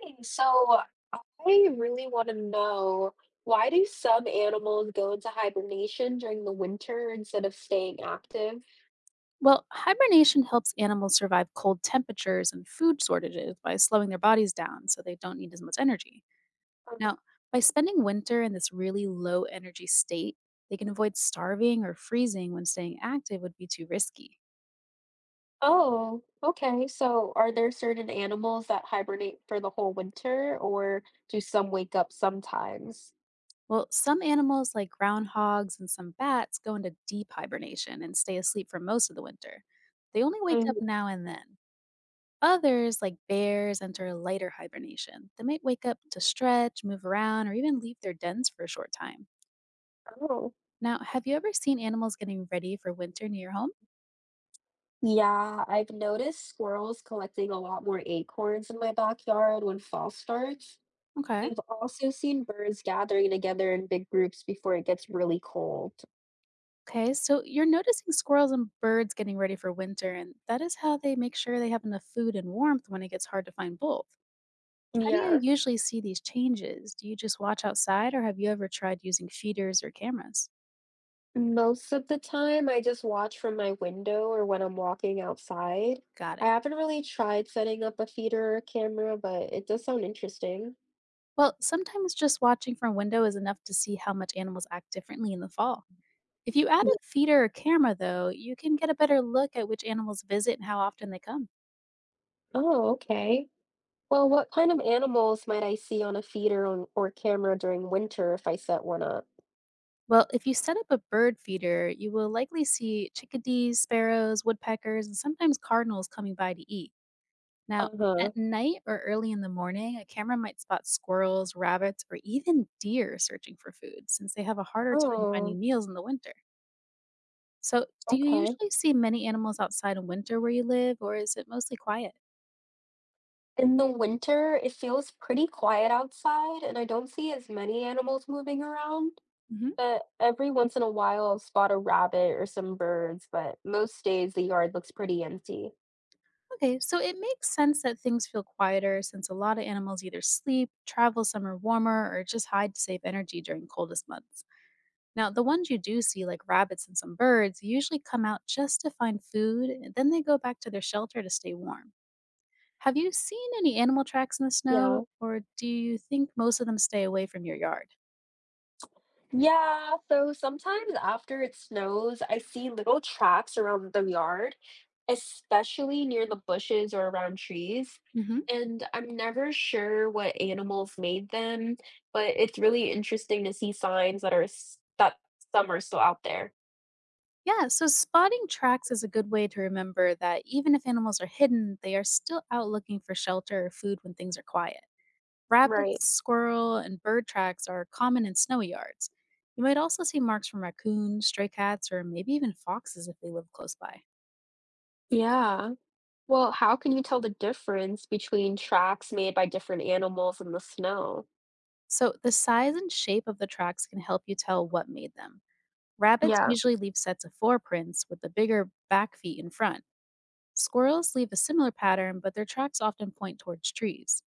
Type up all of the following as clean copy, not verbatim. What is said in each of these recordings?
Hey, so I really want to know, why do some animals go into hibernation during the winter instead of staying active? Well, hibernation helps animals survive cold temperatures and food shortages by slowing their bodies down so they don't need as much energy. Uh-huh. Now, by spending winter in this really low energy state, they can avoid starving or freezing when staying active would be too risky. Oh, okay. So are there certain animals that hibernate for the whole winter, or do some wake up sometimes? Well, some animals like groundhogs and some bats go into deep hibernation and stay asleep for most of the winter. They only wake Mm. up now and then. Others, like bears, enter a lighter hibernation. They might wake up to stretch, move around, or even leave their dens for a short time. Oh. Now, have you ever seen animals getting ready for winter near your home? Yeah, I've noticed squirrels collecting a lot more acorns in my backyard when fall starts. Okay. I've also seen birds gathering together in big groups before it gets really cold. Okay, so you're noticing squirrels and birds getting ready for winter, and that is how they make sure they have enough food and warmth when it gets hard to find both. How do you Yeah. usually see these changes? Do you just watch outside, or have you ever tried using feeders or cameras? Most of the time, I just watch from my window or when I'm walking outside. Got I it. haven't really tried setting up a feeder or camera, but it does sound interesting. Well, sometimes just watching from a window is enough to see how much animals act differently in the fall. If you add a Yeah. feeder or camera, though, you can get a better look at which animals visit and how often they come. Oh, okay. Well, what kind of animals might I see on a feeder or camera during winter if I set one up? Well, if you set up a bird feeder, you will likely see chickadees, sparrows, woodpeckers, and sometimes cardinals coming by to eat. Now, Uh-huh. at night or early in the morning, a camera might spot squirrels, rabbits, or even deer searching for food since they have a harder time Oh, finding meals in the winter. So, do you okay. usually see many animals outside in winter where you live, or is it mostly quiet? In the winter, it feels pretty quiet outside, and I don't see as many animals moving around. hmm Every once in a while, I'll spot a rabbit or some birds, but most days the yard looks pretty empty. Okay, so it makes sense that things feel quieter since a lot of animals either sleep, travel somewhere warmer, or just hide to save energy during coldest months. Now, the ones you do see, like rabbits and some birds, usually come out just to find food, and then they go back to their shelter to stay warm. Have you seen any animal tracks in the snow, Yeah. or do you think most of them stay away from your yard? Yeah, so sometimes after it snows, I see little tracks around the yard, especially near the bushes or around trees. hmm And I'm never sure what animals made them, but it's really interesting to see signs that that some are still out there. Yeah, so spotting tracks is a good way to remember that even if animals are hidden, they are still out looking for shelter or food when things are quiet. Right. Rabbits, squirrel, and bird tracks are common in snowy yards. You might also see marks from raccoons, stray cats, or maybe even foxes if they live close by. Yeah. Well, how can you tell the difference between tracks made by different animals in the snow? So, the size and shape of the tracks can help you tell what made them. Rabbits Yeah. usually leave sets of footprints with the bigger back feet in front. Squirrels leave a similar pattern, but their tracks often point towards trees.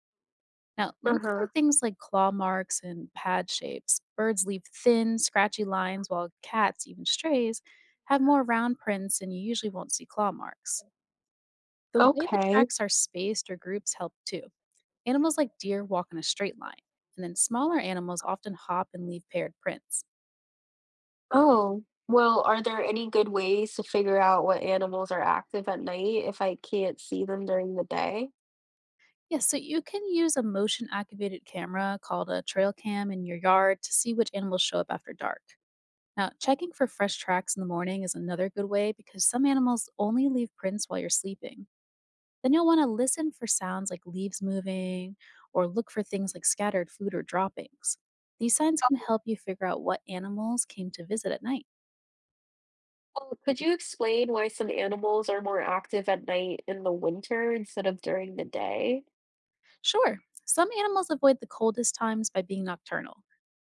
Now, look for Uh-huh. things like claw marks and pad shapes. Birds leave thin, scratchy lines, while cats, even strays, have more round prints, and you usually won't see claw marks. The way the Okay. tracks are spaced or groups help too. Animals like deer walk in a straight line, and then smaller animals often hop and leave paired prints. Oh, well, are there any good ways to figure out what animals are active at night if I can't see them during the day? Yes, so you can use a motion activated camera called a trail cam in your yard to see which animals show up after dark. Now, checking for fresh tracks in the morning is another good way because some animals only leave prints while you're sleeping. Then you'll want to listen for sounds like leaves moving or look for things like scattered food or droppings. These signs can help you figure out what animals came to visit at night. Oh, could you explain why some animals are more active at night in the winter instead of during the day? Sure, some animals avoid the coldest times by being nocturnal.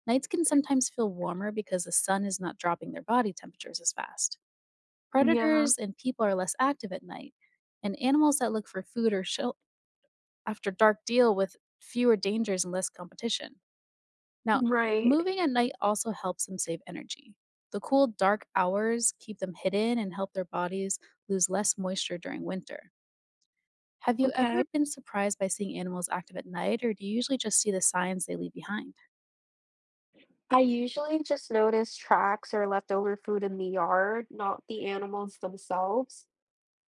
Nights can sometimes feel warmer because the sun is not dropping their body temperatures as fast. Yeah, Predators and people are less active at night, and animals that look for food or shelter after dark deal with fewer dangers and less competition. Now, right. moving at night also helps them save energy. The cool, dark hours keep them hidden and help their bodies lose less moisture during winter. Have you Okay. ever been surprised by seeing animals active at night, or do you usually just see the signs they leave behind? I usually just notice tracks or leftover food in the yard, not the animals themselves.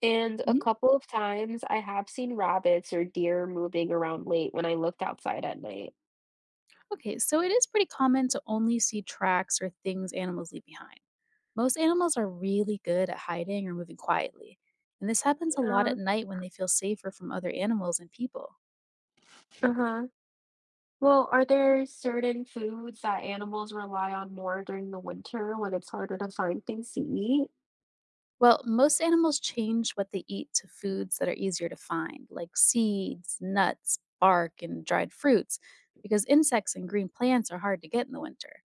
And a Mhm. couple of times I have seen rabbits or deer moving around late when I looked outside at night. Okay, so it is pretty common to only see tracks or things animals leave behind. Most animals are really good at hiding or moving quietly, and this happens a lot Yeah. at night when they feel safer from other animals and people. Uh-huh. Well, are there certain foods that animals rely on more during the winter when it's harder to find things to eat? Well, most animals change what they eat to foods that are easier to find, like seeds, nuts, bark, and dried fruits, because insects and green plants are hard to get in the winter.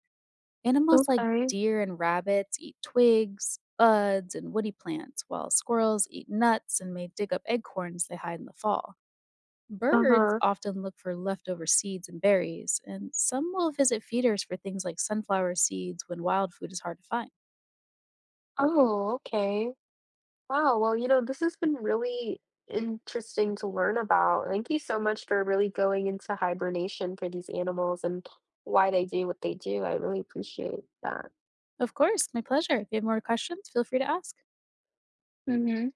Animals like Okay. deer and rabbits eat twigs, buds, and woody plants, while squirrels eat nuts and may dig up acorns they hide in the fall. Birds Uh-huh. often look for leftover seeds and berries, and some will visit feeders for things like sunflower seeds when wild food is hard to find. Oh, okay. Wow. Well, this has been really interesting to learn about. Thank you so much for really going into hibernation for these animals and why they do what they do. I really appreciate that. Of course, my pleasure. If you have more questions, feel free to ask. Hmm.